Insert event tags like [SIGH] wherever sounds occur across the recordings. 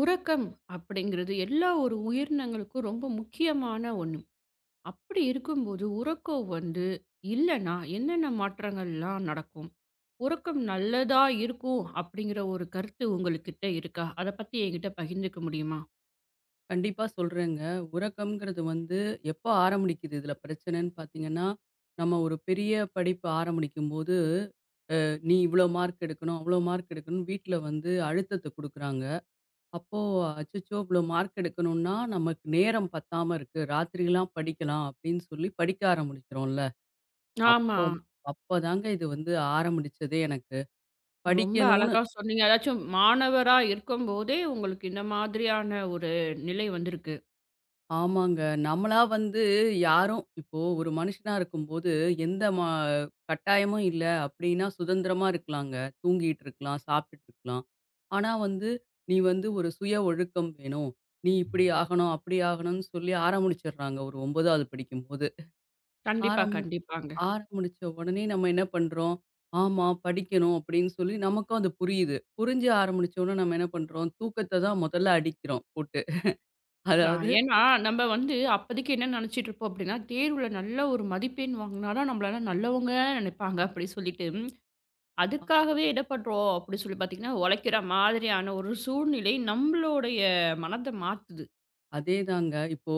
உறக்கம் அப்படிங்கிறது எல்லா ஒரு உயிரினங்களுக்கும் ரொம்ப முக்கியமான ஒன்று. அப்படி இருக்கும்போது உறக்கம் வந்து இல்லைன்னா என்னென்ன மாற்றங்கள்லாம் நடக்கும்? உறக்கம் நல்லதா இருக்கும் அப்படிங்கிற ஒரு கருத்து உங்கள்கிட்ட இருக்கா? அத பத்தி என்கிட்ட பகிர்ந்துக்க முடியுமா? கண்டிப்பா சொல்றேங்க. உறக்கம்ங்கிறது வந்து எப்போ ஆரம்பிக்குது இதுல பிரச்சனைன்னு பார்த்தீங்கன்னா, நம்ம ஒரு பெரிய படிப்பு ஆரம்பிக்கும்போது, நீ இவ்ளோ மார்க் எடுக்கணும், அவ்ளோ மார்க் எடுக்கணும்னு வீட்ல வந்து அழுத்தத்த குடுக்குறாங்க. அப்போ அச்சச்சோ! இவ்ளோ மார்க் எடுக்கணும்னா, நமக்கு நேரம் பத்தாம இருக்கு. ராத்திரிலாம் படிக்கலாம் அப்படின்னு சொல்லி படிக்க ஆரம்பிக்கிறோம்ல. ஆமா. அப்போ அப்பதாங்க இது வந்து ஆரம்பிச்சதே எனக்கு. ரொம்ப படிக்கணும்னு அழகா சொன்னீங்க. அதாச்சும் மாணவரா இருக்கும்போதே உங்களுக்கு இந்த மாதிரியான ஒரு நிலை வந்திருக்கு. ஆமாங்க. நம்மளா வந்து யாரும் இப்போ ஒரு மனுஷனா இருக்கும்போது, எந்த மா கட்டாயமும் இல்ல அப்டின்னா சுதந்திரமா இருக்கலாங்க. தூங்கிட்டு இருக்கலாம், சாப்ட்டுட்டு இருக்கலாம். ஆனா வந்து, நீ வந்து ஒரு சுய ஒழுக்கம் வேணும். நீ இப்டி ஆகணும், அப்டி ஆகணும்னு சொல்லி ஆரம்பிச்சுடுறாங்க ஒரு 9வது படிக்கும்போது. கண்டிப்பா, ஆரம் கண்டிப்பாங்க. ஆரம்பிச்ச உடனே நம்ம என்ன பண்றோம்? ஆமா படிக்கணும் அப்டின்னு சொல்லி நமக்கும் அது புரியுது. புரிஞ்சு ஆரம்பிச்ச உடனே நம்ம என்ன பண்றோம்? தூக்கத்த தான் முதல்ல அடிக்கிறோம் போட்டு. ஆ, அதாவது ஏன்னா, நம்ம வந்து அப்போதைக்கு என்ன நெனச்சிட்டு இருப்போம் அப்படின்னா, தேர்வுல நல்ல ஒரு மதிப்பெண் வாங்குனா தான் நம்மளலாம் நல்லவங்க நெனைப்பாங்க அப்படி சொல்லிட்டு, ம், அதுக்காகவே என்ன பண்றோம் அப்படி சொல்லி பார்த்தீங்கன்னா, உழைக்கிற மாதிரியான ஒரு சூழ்நிலை நம்மளுடைய மனத மாத்துது. அதேதாங்க. இப்போ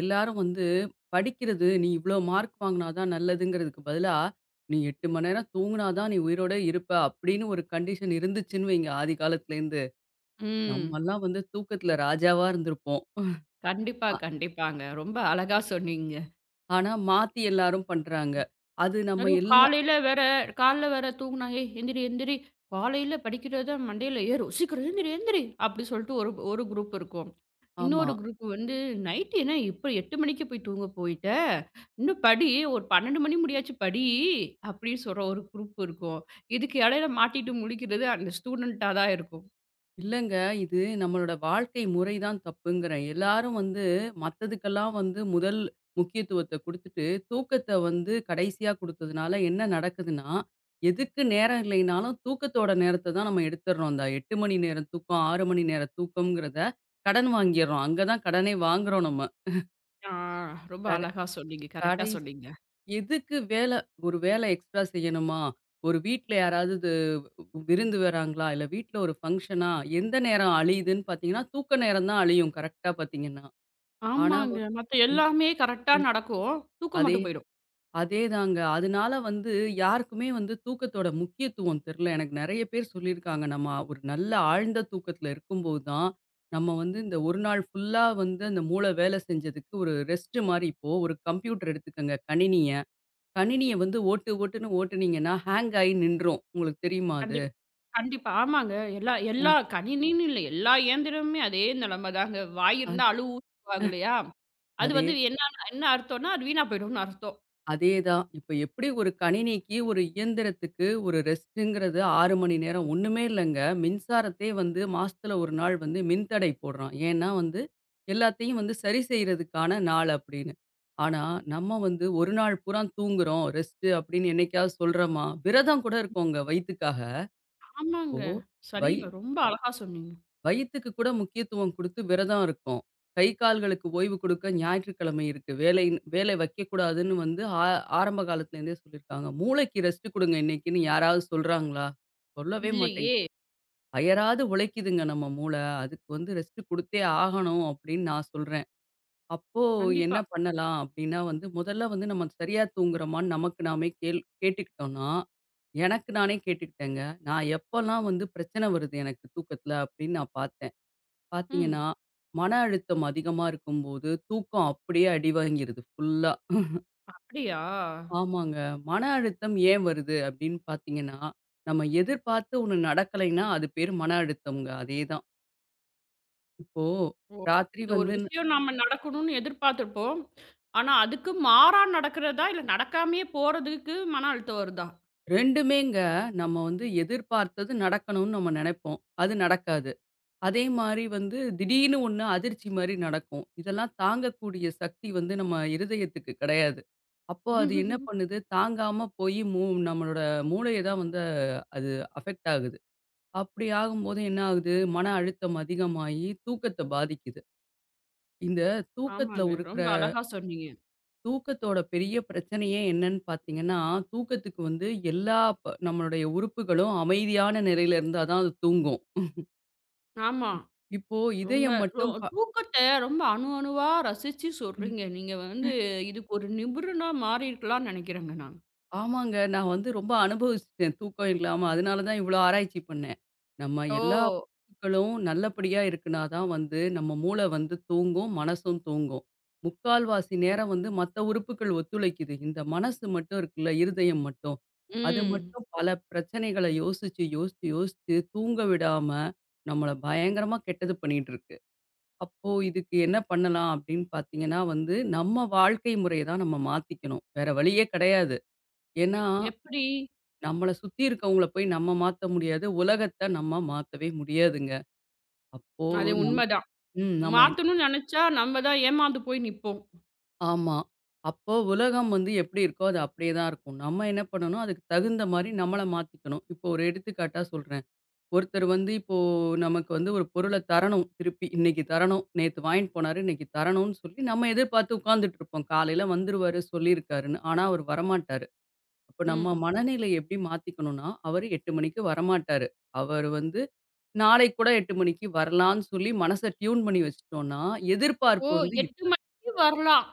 எல்லாரும் வந்து படிக்கிறது நீ இவ்ளோ மார்க் வாங்குனா தான் நல்லதுங்கிறதுக்கு பதிலா, நீ 8 மணி நேரம் தூங்குனா தான் நீ உயிரோட இருப்ப அப்படின்னு ஒரு கண்டிஷன் இருந்துச்சுன்னு வைங்க ஆதி காலத்துலேருந்து, ம். நம்மலாம் வந்து தூக்கத்துல ராஜாவா இருந்திருப்போம். கண்டிப்பா, அ கண்டிப்பாங்க. ரொம்ப அழகா சொன்னீங்க. ஆனா மாத்தி எல்லாரும் பண்றாங்க. அது நம்ம அதுவும் எல்லா காலையில வேற காலைல வேற தூங்குனா, "ஏய் எந்திரி, எந்திரி. காலையில படிக்கிறது தான் மண்டையில ஏறும். சீக்கிரம் எந்திரி, எந்திரி." அப்படி சொல்லிட்டு ஒரு ஒரு குரூப் இருக்கும். ஆமா. இன்னொரு குரூப் வந்து, "நைட்டு என்ன இப்ப 8 மணிக்கு போய் தூங்க போயிட்ட? இன்னும் படி. ஒரு 12 மணி முடியாச்சும் படி." அப்படின்னு சொல்ற ஒரு குரூப் இருக்கும். இதுக்கு இடையில மாட்டிட்டு முழிக்கிறது அந்த ஸ்டூடெண்ட்டா தான் இருக்கும். இல்லங்க. இது நம்மளோட வாழ்க்கை முறை தான் தப்புங்கிறேன். எல்லாரும் வந்து மத்ததுக்கெல்லாம் வந்து முதல் முக்கியத்துவத்த குடுத்துட்டு, தூக்கத்த வந்து கடைசியா குடுத்ததுனால என்ன நடக்குதுன்னா, எதுக்கு நேரம் இல்லைனாலும் தூக்கத்தோட நேரத்த தான் நம்ம எடுத்துர்றோம். இந்த 8 மணி நேரம் தூக்கம், 6 மணி நேரம் தூக்கம்ங்கிறத கடன் வாங்கிர்றோம். அங்க தான் கடனே வாங்குறோம் நம்ம. ஆ, ரொம்ப கட அழகா சொன்னீங்க. கரெக்ட்டா கடை சொன்னீங்க. எதுக்கு வேலை ஒரு வேலை எக்ஸ்ட்ரா செய்யணுமா? ஒரு வீட்ல யாராவது இது விருந்து வராங்களா? இல்ல வீட்ல ஒரு ஃபங்ஷனா? எந்த நேரம் அழியுதுன்னு பார்த்தீங்கன்னா, தூக்க நேரம் தான் அழியும் கரெக்ட்டா பார்த்தீங்கன்னா. ஆனா வ ஆமாங்க. மத்த ம். எல்லாமே கரெக்ட்டா நடக்கும். தூக்கம் அதே மட்டும் போயிடும். அதேதாங்க. அதனால வந்து யாருக்குமே வந்து தூக்கத்தோட முக்கியத்துவம் தெர்ல. எனக்கு நெறைய பேர் சொல்லியிருக்காங்க. நம்ம ஒரு நல்ல ஆழ்ந்த தூக்கத்துல இருக்கும்போது தான், நம்ம வந்து இந்த ஒரு நாள் ஃபுல்லா வந்து அந்த மூளை வேலை செஞ்சதுக்கு ஒரு ரெஸ்ட் மாரி இப்போ ஒரு கம்ப்யூட்டர் எடுத்துக்கங்க கணினிய. கணினிய வந்து ஓட்டு, ஓட்டுன்னு ஓட்டுனீங்கன்னா, ஹேங் ஆயி நின்றும். உங்களுக்கு தெரியுமா அது? கண்டிப் கண்டிப்பா. ஆமாங்க. எல்லா ம். எல்லா கணினின்னு இல்ல. எல்லா இயந்திரமுமே அதே நிலைமை தாங்க. வாய் அ இருந்தா அழு ஊத்துவாங்க இல்லையா? அது அதே வந்து என்னன்னா என்ன அர்த்தம்னா, அது வீணா போயிடும்னு அர்த்தம். அதே தான். இப்ப எப்படி ஒரு கணினிக்கு, ஒரு இயந்திரத்துக்கு ஒரு ரெஸ்ட்டுங்கிறது 6 மணி நேரம் ஒண்ணுமே இல்லங்க. மின்சாரத்தையே வந்து மாசத்துல 1 நாள் வந்து மின்தடை போடுறான். ஏன்னா வந்து, எல்லாத்தையும் வந்து சரி செய்றதுக்கான நாள் அப்படின்னு. ஆனா, நம்ம வந்து 1 நாள் பூரா தூங்குறோம், ரெஸ்ட்டு அப்படின்னு என்னைக்காவது சொல்றோமா? விரதம் கூட இருக்கோங்க வயித்துக்காக. ஆமாங்க. இப்போ வை சரிங்க. ரொம்ப அழகா சொன்னீங்க. வயித்துக்கு கூட முக்கியத்துவம் குடுத்து விரதம் இருக்கோம். கை, கால்களுக்கு ஓய்வு குடுக்க ஞாயிற்றுக்கிழமை இருக்கு. வேலை வேலை வைக்கக்கூடாதுன்னு வந்து ஆரம்ப காலத்துலேருந்தே சொல்லியிருக்காங்க. மூளைக்கு ரெஸ்ட் குடுங்க இன்னைக்குன்னு யாராவது சொல்றாங்களா? சொல்லவே மாட்டேங்குது. இல்லையே! அயராது உழைக்குதுங்க நம்ம மூள. அதுக்கு வந்து ரெஸ்ட் குடுத்தே ஆகணும் அப்படின்னு நான் சொல்றேன். அப்போ என்ன கண்டிப்பா. பண்ணலாம் அப்படின்னா வந்து, முதல்ல வந்து நம்ம சரியா தூங்குறோமான்னு நமக்கு நாமே கேள் கேட்டுக்கிட்டோம்னா, எனக்கு நானே கேட்டுக்கிட்டேங்க. நான் எப்பலாம் வந்து பிரச்சனை வருது எனக்கு தூக்கத்துல அப்படின்னு நான் ம். பார்த்தீங்கன்னா, மன அழுத்தம் அதிகமா இருக்கும்போது, தூக்கம் அப்படியே அடி வாங்கிருது ஃபுல்லா. அப்படியா? ஆமாங்க. மன அழுத்தம் ஏன் வருது அப்படின்னு பார்த்தீங்கன்னா, நம்ம எதிர்பார்த்து ஒண்ணு நடக்கலைன்னா, அது பேரு மன அழுத்தம்ங்க. அதேதான். இப்போ ஓ! ராத்திரி இந்த ஒரு வந்து விஷயம் நம்ம நடக்கணும்னு எதிர்பார்த்துருப்போம். ஆனா, அதுக்கு மாறா நடக்கிறதா, இல்ல நடக்காமயே போறதுக்கு மன அழுத்தம் வருதா? 2டுமேங்க நம்ம வந்து எதிர்பார்த்தது நடக்கணும்னு நம்ம நெனைப்போம். அது நடக்காது. அதே மாரி வந்து திடீர்னு ஒண்ணு அதிர்ச்சி மாரி நடக்கும். இதெல்லாம் தாங்கக்கூடிய சக்தி வந்து நம்ம இருதயத்துக்கு கிடையாது. அப்போ அது என்ன [LAUGHS] பண்ணுது, தாங்காம போய் நம்மளோட மூளைய தான் வந்து அது அஃபெக்ட் ஆகுது. அப்படி ஆகும்போது என்ன ஆகுது, மன அழுத்தம் அதிகமாயி தூக்கத்த பாதிக்குது. இந்த தூக்கத்துல ஆமாங்க. இருக்கிற ரொம்ப அழகா சொன்னீங்க. தூக்கத்தோட பெரிய பிரச்சனையே என்னன்னு பார்த்தீங்கன்னா, தூக்கத்துக்கு வந்து எல்லா ப நம்மளுடைய உறுப்புகளும் அமைதியான நிலையில இருந்தா தான் அது தூங்கும். ஆமா. இப்போ ரொம்ப இதயம் ரொ மட்டும் ப தூக்கத்த ரொம்ப அணு அணுவா ரசிச்சு சொல்றீங்க. நீங்க வந்து இதுக்கு ஒரு நிபுணனா மாறியிருக்கலாம்னு நெனைக்கிறேங்க நான். ஆமாங்க. நான் வந்து ரொம்ப அனுபவிச்சுட்டேன் தூக்கம் இல்லாம. அதனால தான் இவ்ளோ ஆராய்ச்சி பண்ணேன். நம்ம எல்லா ஓ! உறுப்புக்களும் நல்லபடியா இருக்குனா தான் வந்து நம்ம மூளை வந்து தூங்கும், மனசும் தூங்கும். முக்கால்வாசி நேரம் வந்து மத்த உறுப்புக்கள் ஒத்துழைக்குது. இந்த மனசு மட்டும் இருக்குல்ல, இருதயம் மட்டும். அது ம். மட்டும் பல பிரச்சனைகள யோசிச்சு, யோசிச்சு, யோசிச்சு தூங்க விடாம நம்மள பயங்கரமா கெட்டது பண்ணிட்டு இருக்கு. அப்போ இதுக்கு என்ன பண்ணலாம் அப்படின்னு பார்த்தீங்கன்னா வந்து, நம்ம வாழ்க்கை முறைய தான் நம்ம மாத்திக்கணும். வேற வழியே கிடையாது. எ ஏன்னா எப்படி? நம்மள சுத்தி இருக்கவங்கள போய் நம்ம மாத்த முடியாது. உலகத்த நம்ம மாத்தவே முடியாதுங்க. அப்போ அது நம் உண்மதான். ம் நம்ம என் மாத்தணும்னு நெனைச்சா நம்ம தான் ஏமாந்து போய் நிப்போம். ஆமா. அப்போ உலகம் வந்து எப்படி இருக்கோ, அது அப்படியே தான் இருக்கும். நம்ம என்ன பண்ணணும், அதுக்கு தகுந்த மாரி நம்மள மாத்திக்கணும். இப்போ ஒரு எடுத்துக்காட்டா சொல்றேன். ஒருத்தர் வந்து இப்போ நமக்கு வந்து ஒரு பொருள தரணும் திருப்பி. இன்னைக்கு தரணும். நேத்து வாங்கிட்டு போனாரு, இன்னைக்கு தரணும்னு சொல்லி நம்ம எதிர்பார்த்து உட்கார்ந்துட்டு இருப்போம். காலையில வந்துருவாரு சொல்லியிருக்காருன்னு. ஆனா அவர் வரமாட்டாரு. அப்ப நம்ம ம். மனநிலை எப்படி மாத்திக்கணும்னா, அவரு 8 மணிக்கு வரமாட்டாரு. அவரு வந்து நாளைக்கு கூட 8 மணிக்கு வரலான்னு சொல்லி மனச டியூன் பண்ணி வச்சுட்டோம்னா, ஓ! எதிர்பார்ப்பு வந்து 8 மணிக்கு வரலாம்.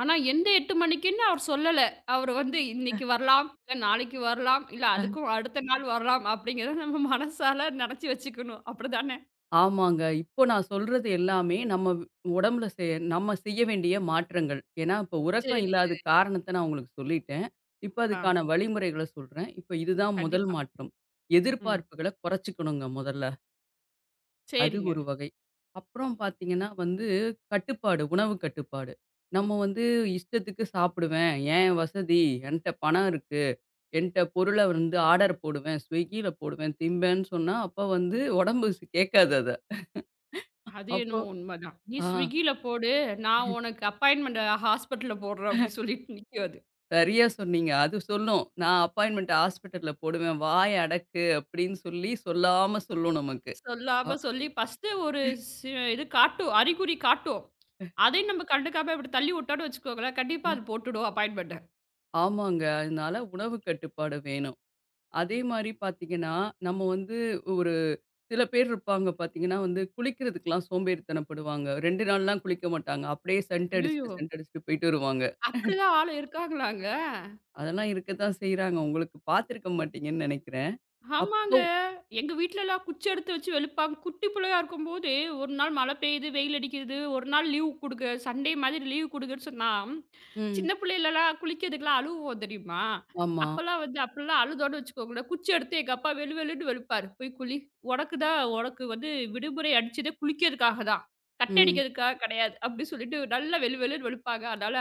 ஆனா எந்த 8 மணிக்குன்னு அவர் சொல்லல. அவர் வந்து இன்னைக்கு வரலாம், இல்ல நாளைக்கு வரலாம், இல்ல அதுக்கும் அடுத்த நாள் வரலாம் அப்படிங்கிறத நம்ம மனசால நெனச்சு வச்சுக்கணும். அப்படிதானே? ஆமாங்க. இப்போ நான் சொல்றது எல்லாமே நம்ம வி- உடம்புல செ நம்ம செய்ய வேண்டிய மாற்றங்கள். ஏன்னா, இப்போ உறக்கம் சரி, இல்லாத சரி. காரணத்த நான் உங்களுக்கு சொல்லிட்டேன். இப்ப ஆ, அதுக்கான வழிமுறைகள சொல்றேன். இப்ப இதுதான் முதல் கண்டிப்பா. மாற்றம். ம். எதிர்பார்ப்புகள குறைச்சுக்கணுங்க முதல்ல. அது சரிங்க. ஒரு வகை. அப்புறம் பார்த்தீங்கன்னா வந்து கட்டுப்பாடு, உணவு கட்டுப்பாடு. நம்ம வந்து இஷ்டத்துக்கு சாப்பிடுவேன். என் வசதி, என்ட்ட பணம் இருக்கு. என்ட்ட பொருள வந்து ஆர்டர் போடுவேன். ஸ்விக்கியில போடுவேன், திம்பேன்னு சொன்னா, அப்ப வந்து உடம்பு கேட்காது அத. அது அப்போ என்னமோ உண்மதான். "நீ ஆ Swiggyல போடு, நான் உனக்கு அப்பாயின்ட்மென்ட் ஹாஸ்பிட்டல்ல போடுறேன்" அப்படி சொல்லிட்டு நிக்கும் அது. சரியா சொன்னீங்க. அது சொல்லும். நான் அப்பாயின்மென்ட் ஹாஸ்பிட்டல்ல போடுவேன். வாய அடக்கு அப்படின்னு சொல்லி சொல்லாம சொல்லும் நமக்கு. அ சொல்லாம சொல்லி ஃபர்ஸ்ட்டு ஒரு இது காட்டும், அறிகுறி காட்டும். அதையும் நம்ம கண்டுக்காம இப்படி தள்ளி விட்டோம்னு வச்சுக்கோங்களேன், கண்டிப்பா அது போட்டுடும் அப்பாயின்ட்மென்ட்ட. ஆமாங்க. அதனால உணவு கட்டுப்பாடு வேணும். அதே மாரி பார்த்தீங்கன்னா, நம்ம வந்து ஒரு சில பேர் இருப்பாங்க பார்த்தீங்கன்னா வந்து குளிக்கிறதுக்குலாம் சோம்பேறித்தனப்படுவாங்க. 2 நாள்லாம் குளிக்க மாட்டாங்க. அப்படியே சென்ட் ஐயய்யோ! அடிச்சுட்டு, சென்ட் அடிச்சுட்டு போயிட்டு வருவாங்க. அப்படிலாம் ஆளு இருக்காங்களாங்க? அதெல்லாம் இருக்க தான் செய்றாங்க. உங்களுக்கு பார்த்துருக்க மாட்டீங்கன்னு நெனைக்கிறேன். அப்போ ஆமாங்க. எங்க வீட்லலாம் குச்சி எடுத்து வச்சு வெளுப்பாங்க. குட்டி பிள்ளையா இருக்கும்போது, ஒரு நாள் மழை பெய்யுது, வெயில் அடிக்குது, ஒரு நாள் லீவ் குடுங்க. சண்டே மாதிரி லீவ் குடுங்கன்னு சொன்னா, ம். சின்ன பிள்ளைலலாம் குளிக்கிறதுக்குலாம் அழுவோம் தெரியுமா? ஆமா. அப்பலாம் வந்து அப்பலாம் அழுதோன்னு வச்சுக்கோங்களேன், குச்சி எடுத்து எங்க அப்பா வெளு வெளுன்னு வெளுப்பாரு. "போய் குளி. உனக்கு தான் உனக்கு வந்து விடுமுறை அடிச்சதே குளிக்கிறதுக்காக தான். கட் ம். அடிக்கிறதுக்காக கிடையாது." அப்படி சொல்லிட்டு நல்லா வெளு வெளுன்னு வெளுப்பாங்க. அதனால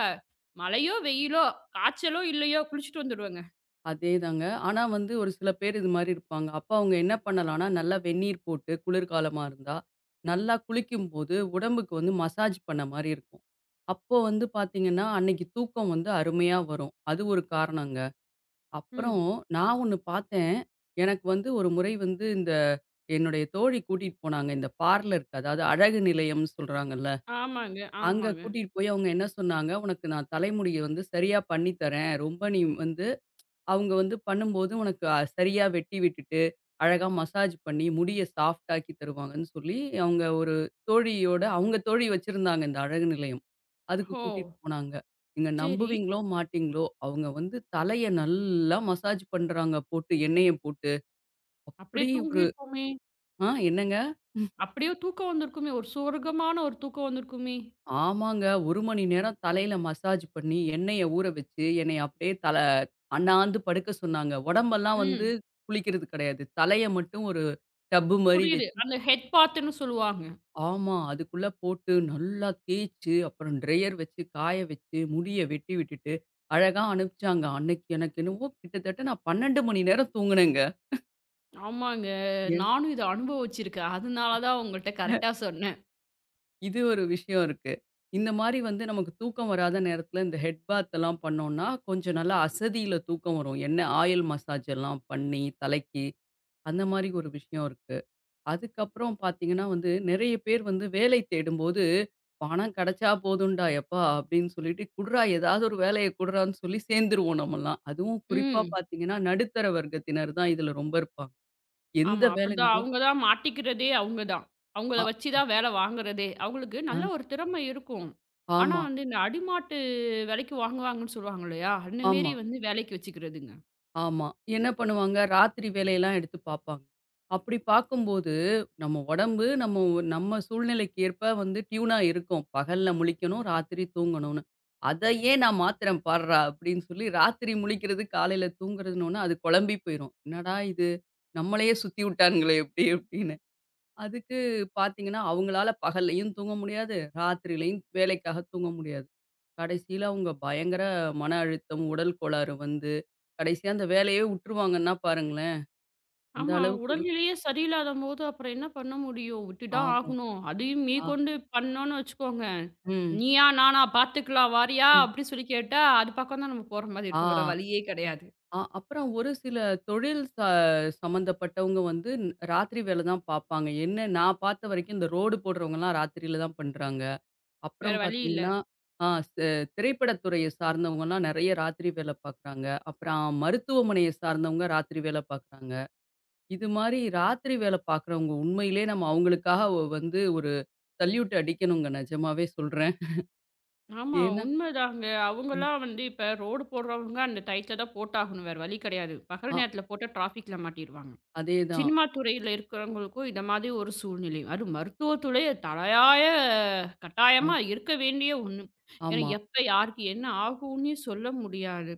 மழையோ, வெயிலோ, காய்ச்சலோ, இல்லையோ குளிச்சுட்டு வந்துருவேங்க. அதேதாங்க. ஆனா வந்து ஒரு சில பேர் இது மாரி இருப்பாங்க. அப்ப அவங்க என்ன பண்ணலாம்னா, நல்லா வெந்நீர் போட்டு குளிர்காலமா இருந்தா, நல்லா குளிக்கும்போது உடம்புக்கு வந்து மசாஜ் பண்ண மாரி இருக்கும். அப்போ வந்து பார்த்தீங்கன்னா, அன்னைக்கு தூக்கம் வந்து அருமையா வரும். அது ஒரு காரணங்க. அப்புறம் ம். நான் ஒண்ணு பார்த்தேன். எனக்கு வந்து ஒரு முறை வந்து இந்த என்னுடைய தோழி கூட்டிட்டு போனாங்க. இந்த பார்லருக்கு அதாவது அழகு நிலையம்னு சொல்றாங்கல்ல. ஆமாங்க, அங்க ஆமாங்க. கூட்டிட்டு போய் அவங்க என்ன சொன்னாங்க, "உனக்கு நான் தலைமுடிய வந்து சரியா பண்ணி தரேன். ரொம்ப நீ வந்து அவங்க வந்து பண்ணும்போது உனக்கு சரியா வெட்டி விட்டுட்டு, அழகா மசாஜ் பண்ணி, முடிய சாஃப்ட் ஆக்கி தருவாங்கன்னு சொல்லி, அவங்க ஒரு தோழியோட அவங்க தோழி வச்சிருந்தாங்க இந்த அழகு நிலையம். அதுக்கு ஓ! கூட்டிட்டு போனாங்க. நீங்க சரி. நம்புவீங்களோ, மாட்டீங்களோ, அவங்க வந்து தலைய நல்லா மசாஜ் பண்றாங்க போட்டு, எண்ணெய போட்டு. அப்படியே அப்படி ஒரு தூங்கிட்டோமே! என்னங்க? அப்படியே தூக்கம் வந்திருக்குமே! ஒரு சொர்க்கமான ஒரு தூக்கம் வந்திருக்குமே! ஆமாங்க. 1 மணி நேரம் தலையில மசாஜ் பண்ணி, எண்ணெய ஊற வச்சு, என்னைய அப்படியே அண்ணாந்து படுக்க சொன்னாங்க. உடம்பெல்லாம் வந்து ம். குளிக்கிறது கிடையாது. தலைய மட்டும் ஒரு டப்பு மாரி புரியுது. வச்சு அந்த ஹெட் பாத்துன்னு சொல்லுவாங்க. ஆமா. அதுக்குள்ள போட்டு நல்லா தேய்ச்சு, அப்புறம் ட்ரையர் வச்சு காய வச்சு, முடிய வெட்டி விட்டுட்டு, அழகா அனுப்பிச்சாங்க. அன்னைக்கு எனக்கு என்னவோ கிட்டத்தட்ட நான் 12 மணி நேரம் தூங்குனேங்க. ஆமாங்க. என் நானும் இத அனுபவிச்சிருக்கேன். அதனால தான் உங்கள்ட்ட கரெக்ட்டா சொன்னேன். இது ஒரு விஷயம் இருக்கு. இந்த மாரி வந்து நமக்கு தூக்கம் வராத நேரத்துல இந்த ஹெட் பாத் எல்லாம் பண்ணோம்னா, கொஞ்சம் நல்லா அசதியில தூக்கம் வரும். என்ன ஆயில் மசாஜ் எல்லாம் பண்ணி தலைக்கு, அந்த மாரி ஒரு விஷயம் இருக்கு. அதுக்கப்புறம் பார்த்தீங்கன்னா வந்து, நெறைய பேர் வந்து வேலை தேடும்போது, "பணம் கெடைச்சா போதும்டா யப்பா" அப்படின்னு சொல்லிட்டு, "குட்றா ஏதாவது ஒரு வேலைய குட்றான்னு" சொல்லி சேர்ந்துருவோம் நம்மலாம். அதுவும் குறிப்பா ம். பார்த்தீங்கன்னா, நடுத்தர வர்க்கத்தினர் தான் இதுல ரொம்ப இருப்பாங்க. எந்த ஆமா. அப்படிதான் வேலைனாலும் அவங்க தான் மாட்டிக்கிறதே அவங்க தான். அவங்கள அ, வச்சு தான் வேல வாங்குறதே. அவங்களுக்கு ஆ, நல்ல ஒரு திறமை இருக்கும். ஆனா ஆமா, வந்து இந்த அடிமாட்டு விலைக்கு வாங்குவாங்கன்னு சொல்லுவாங்க இல்லையா? அந்த மேரி ஆமா. வந்து வேலைக்கு வச்சுக்கிறதுங்க. ஆமா. என்ன பண்ணுவாங்க, ராத்திரி வேலையெல்லாம் எடுத்து பார்ப்பாங்க. அப்படி பார்க்கும்போது, நம்ம உடம்பு நம்ம சூழ்நிலைக்கு ஏற்ப வந்து டியூனா இருக்கும். பகல்ல முழிக்கணும், ராத்திரி தூங்கணும்னு. "அதையே நான் மாத்துறேன் பார்றா" அப்படின்னு சொல்லி ராத்திரி முழிக்கிறது, காலையில தூங்குறதுன்னொன்ன அது குழம்பி போயிரும். "என்னடா இது, நம்மளையே சுத்தி விட்டானுங்களே இப்படி" அப்படின்னு. அதுக்கு பார்த்தீங்கன்னா, அவங்களால பகல்லேயும் தூங்க முடியாது, ராத்திரியிலயும் வேலைக்காக தூங்க முடியாது. கடைசியில அவங்க பயங்கர மன அழுத்தம், உடல் கோளாறு வந்து, கடைசியா அந்த வேலையே உட்டுருவாங்கன்னா பாருங்களேன்! அந்த ஆமா. அளவுக்கு உடல்நிலையே சரியில்லாதம்போது அப்புறம் என்ன பண்ண முடியும்? விட்டுதான் ஆமா. ஆகணும். அதையும் ஆ. மீகொண்டு பண்ணோம்னு வச்சுக்கோங்க, ம். "நீயா? நானா? பார்த்துக்கலாம் வாரியா?" ம். அப்படி சொல்லி கேட்டா, அது பக்கம் தான் நம்ம போற மாரி இருக்கும். வேற ஆ. வழியே கிடையாது. அப்புறம் ஒரு சில தொழில் ச சம்மந்தப்பட்டவங்க வந்து ராத்திரி வேல தான் பார்ப்பாங்க. என்ன நான் பார்த்த வரைக்கும் இந்த ரோடு போடுறவங்கலாம் ராத்திரியில தான் பண்றாங்க. வேற அப்புறம் வழி இல்ல. பார்த்தீங்கன்னா, ஆ ச திரைப்படத்துறைய சார்ந்தவங்கலாம் நெறைய ராத்திரி வேல பார்க்குறாங்க. அப்புறம் மருத்துவமனைய சார்ந்தவங்க ராத்திரி வேல பார்க்குறாங்க. இது மாரி ராத்திரி வேல பார்க்குறவங்க உண்மையிலே நம்ம அவங்களுக்காக வந்து ஒரு சல்யூட் அடிக்கணுங்க நிஜமாவே சொல்றேன். ஆமா, ஏன்னா உண்மைதாங்க. ம். அவங்கலாம் வந்து இப்ப ரோடு போடுறவங்க அந்த டயத்துல தான் போட்டாகணும். வேற வழி கிடையாது. பகல் அ நேரத்துல போட்டா டிராஃபிக்ல மாட்டிருவாங்க. அதேதான். சினிமா துறையில இருக்கிறவங்களுக்கும் இந்த மாதிரி ஒரு சூழ்நிலை. அதுவும் மருத்துவத்துறை தலையாய அ கட்டாயமா இருக்க வேண்டிய ஒண்ணு. ஏன்னா ஆமா. எப்ப யாருக்கு என்ன ஆகும்னே சொல்ல முடியாது.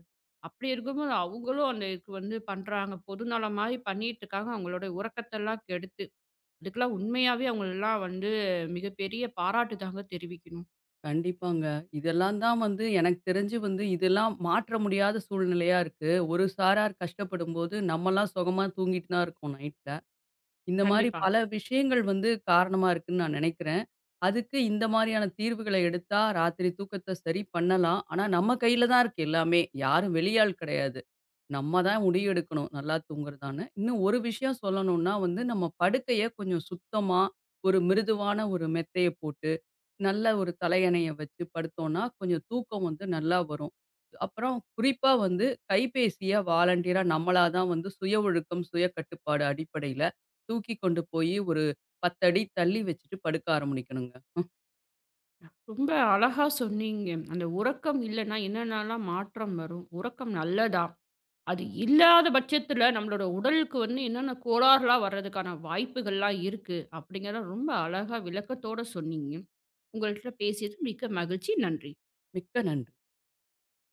அப்படி இருக்கும்போது அவங்களும் அந்த இதுக்கு வந்து பண்றாங்க. பொதுநலம் மாரி பண்ணிட்டு இருக்காங்க. அவங்களோட உறக்கத்தெல்லாம் கெடுத்து. இதுக்கெல்லாம் உண்மையாவே அவங்களலாம் வந்து மிகப்பெரிய பாராட்டு தாங்க தெரிவிக்கணும். கண்டிப்பாங்க. இதெல்லாம் தான் வந்து எனக்கு தெரிஞ்சு வந்து இதெல்லாம் மாற்ற முடியாத சூழ்நிலையா இருக்கு. ஒரு சாரார் கஷ்டப்படும்போது நம்மலாம் சுகமா தூங்கிட்டு தான் இருக்கோம் நைட்ல. இந்த மாரி கண்டிப்பா. பல விஷயங்கள் வந்து காரணமா இருக்குன்னு நான் நினைக்கிறேன். அதுக்கு இந்த மாரியான தீர்வுகள எடுத்தா ராத்திரி தூக்கத்த சரி பண்ணலாம். ஆனா, நம்ம கையில தான் இருக்கு எல்லாமே. யாரும் வெளியாள் கிடையாது. நம்ம தான் முடிவு எடுக்கணும் நல்லா தூங்குறதான்னு. இன்னும் ஒரு விஷயம் சொல்லணும்னா வந்து, நம்ம படுக்கைய கொஞ்சம் சுத்தமா ஒரு மிருதுவான ஒரு மெத்தைய போட்டு நல்ல ஒரு தலையணைய வச்சு படுத்தோம்னா, கொஞ்சம் தூக்கம் வந்து நல்லா வரும். அப்புறம் குறிப்பா வந்து கைபேசிய வாலண்டியரா நம்மளா தான் வந்து சுய ஒழுக்கம், சுய கட்டுப்பாடு அடிப்படையில தூக்கி கொண்டு போயி ஒரு 10 அடி தள்ளி வச்சுட்டு படுக்க ஆரம்பிக்கணுங்க. ம். ரொம்ப அழகா சொன்னீங்க. அந்த உறக்கம் இல்லன்னா என்னென்னலாம் மாற்றம் வரும்? உறக்கம் நல்லதா? அது இல்லாத பட்சத்துல நம்மளோட உடலுக்கு வந்து என்னென்ன கோளாறுலாம் வர்றதுக்கான வாய்ப்புகள்லாம் இருக்கு, அப்படிங்கிறத ரொம்ப அழகா விளக்கத்தோட சொன்னீங்க. உங்கள்ட்ட பேசியது மிக்க மகிழ்ச்சி. நன்றி. மிக்க நன்றி.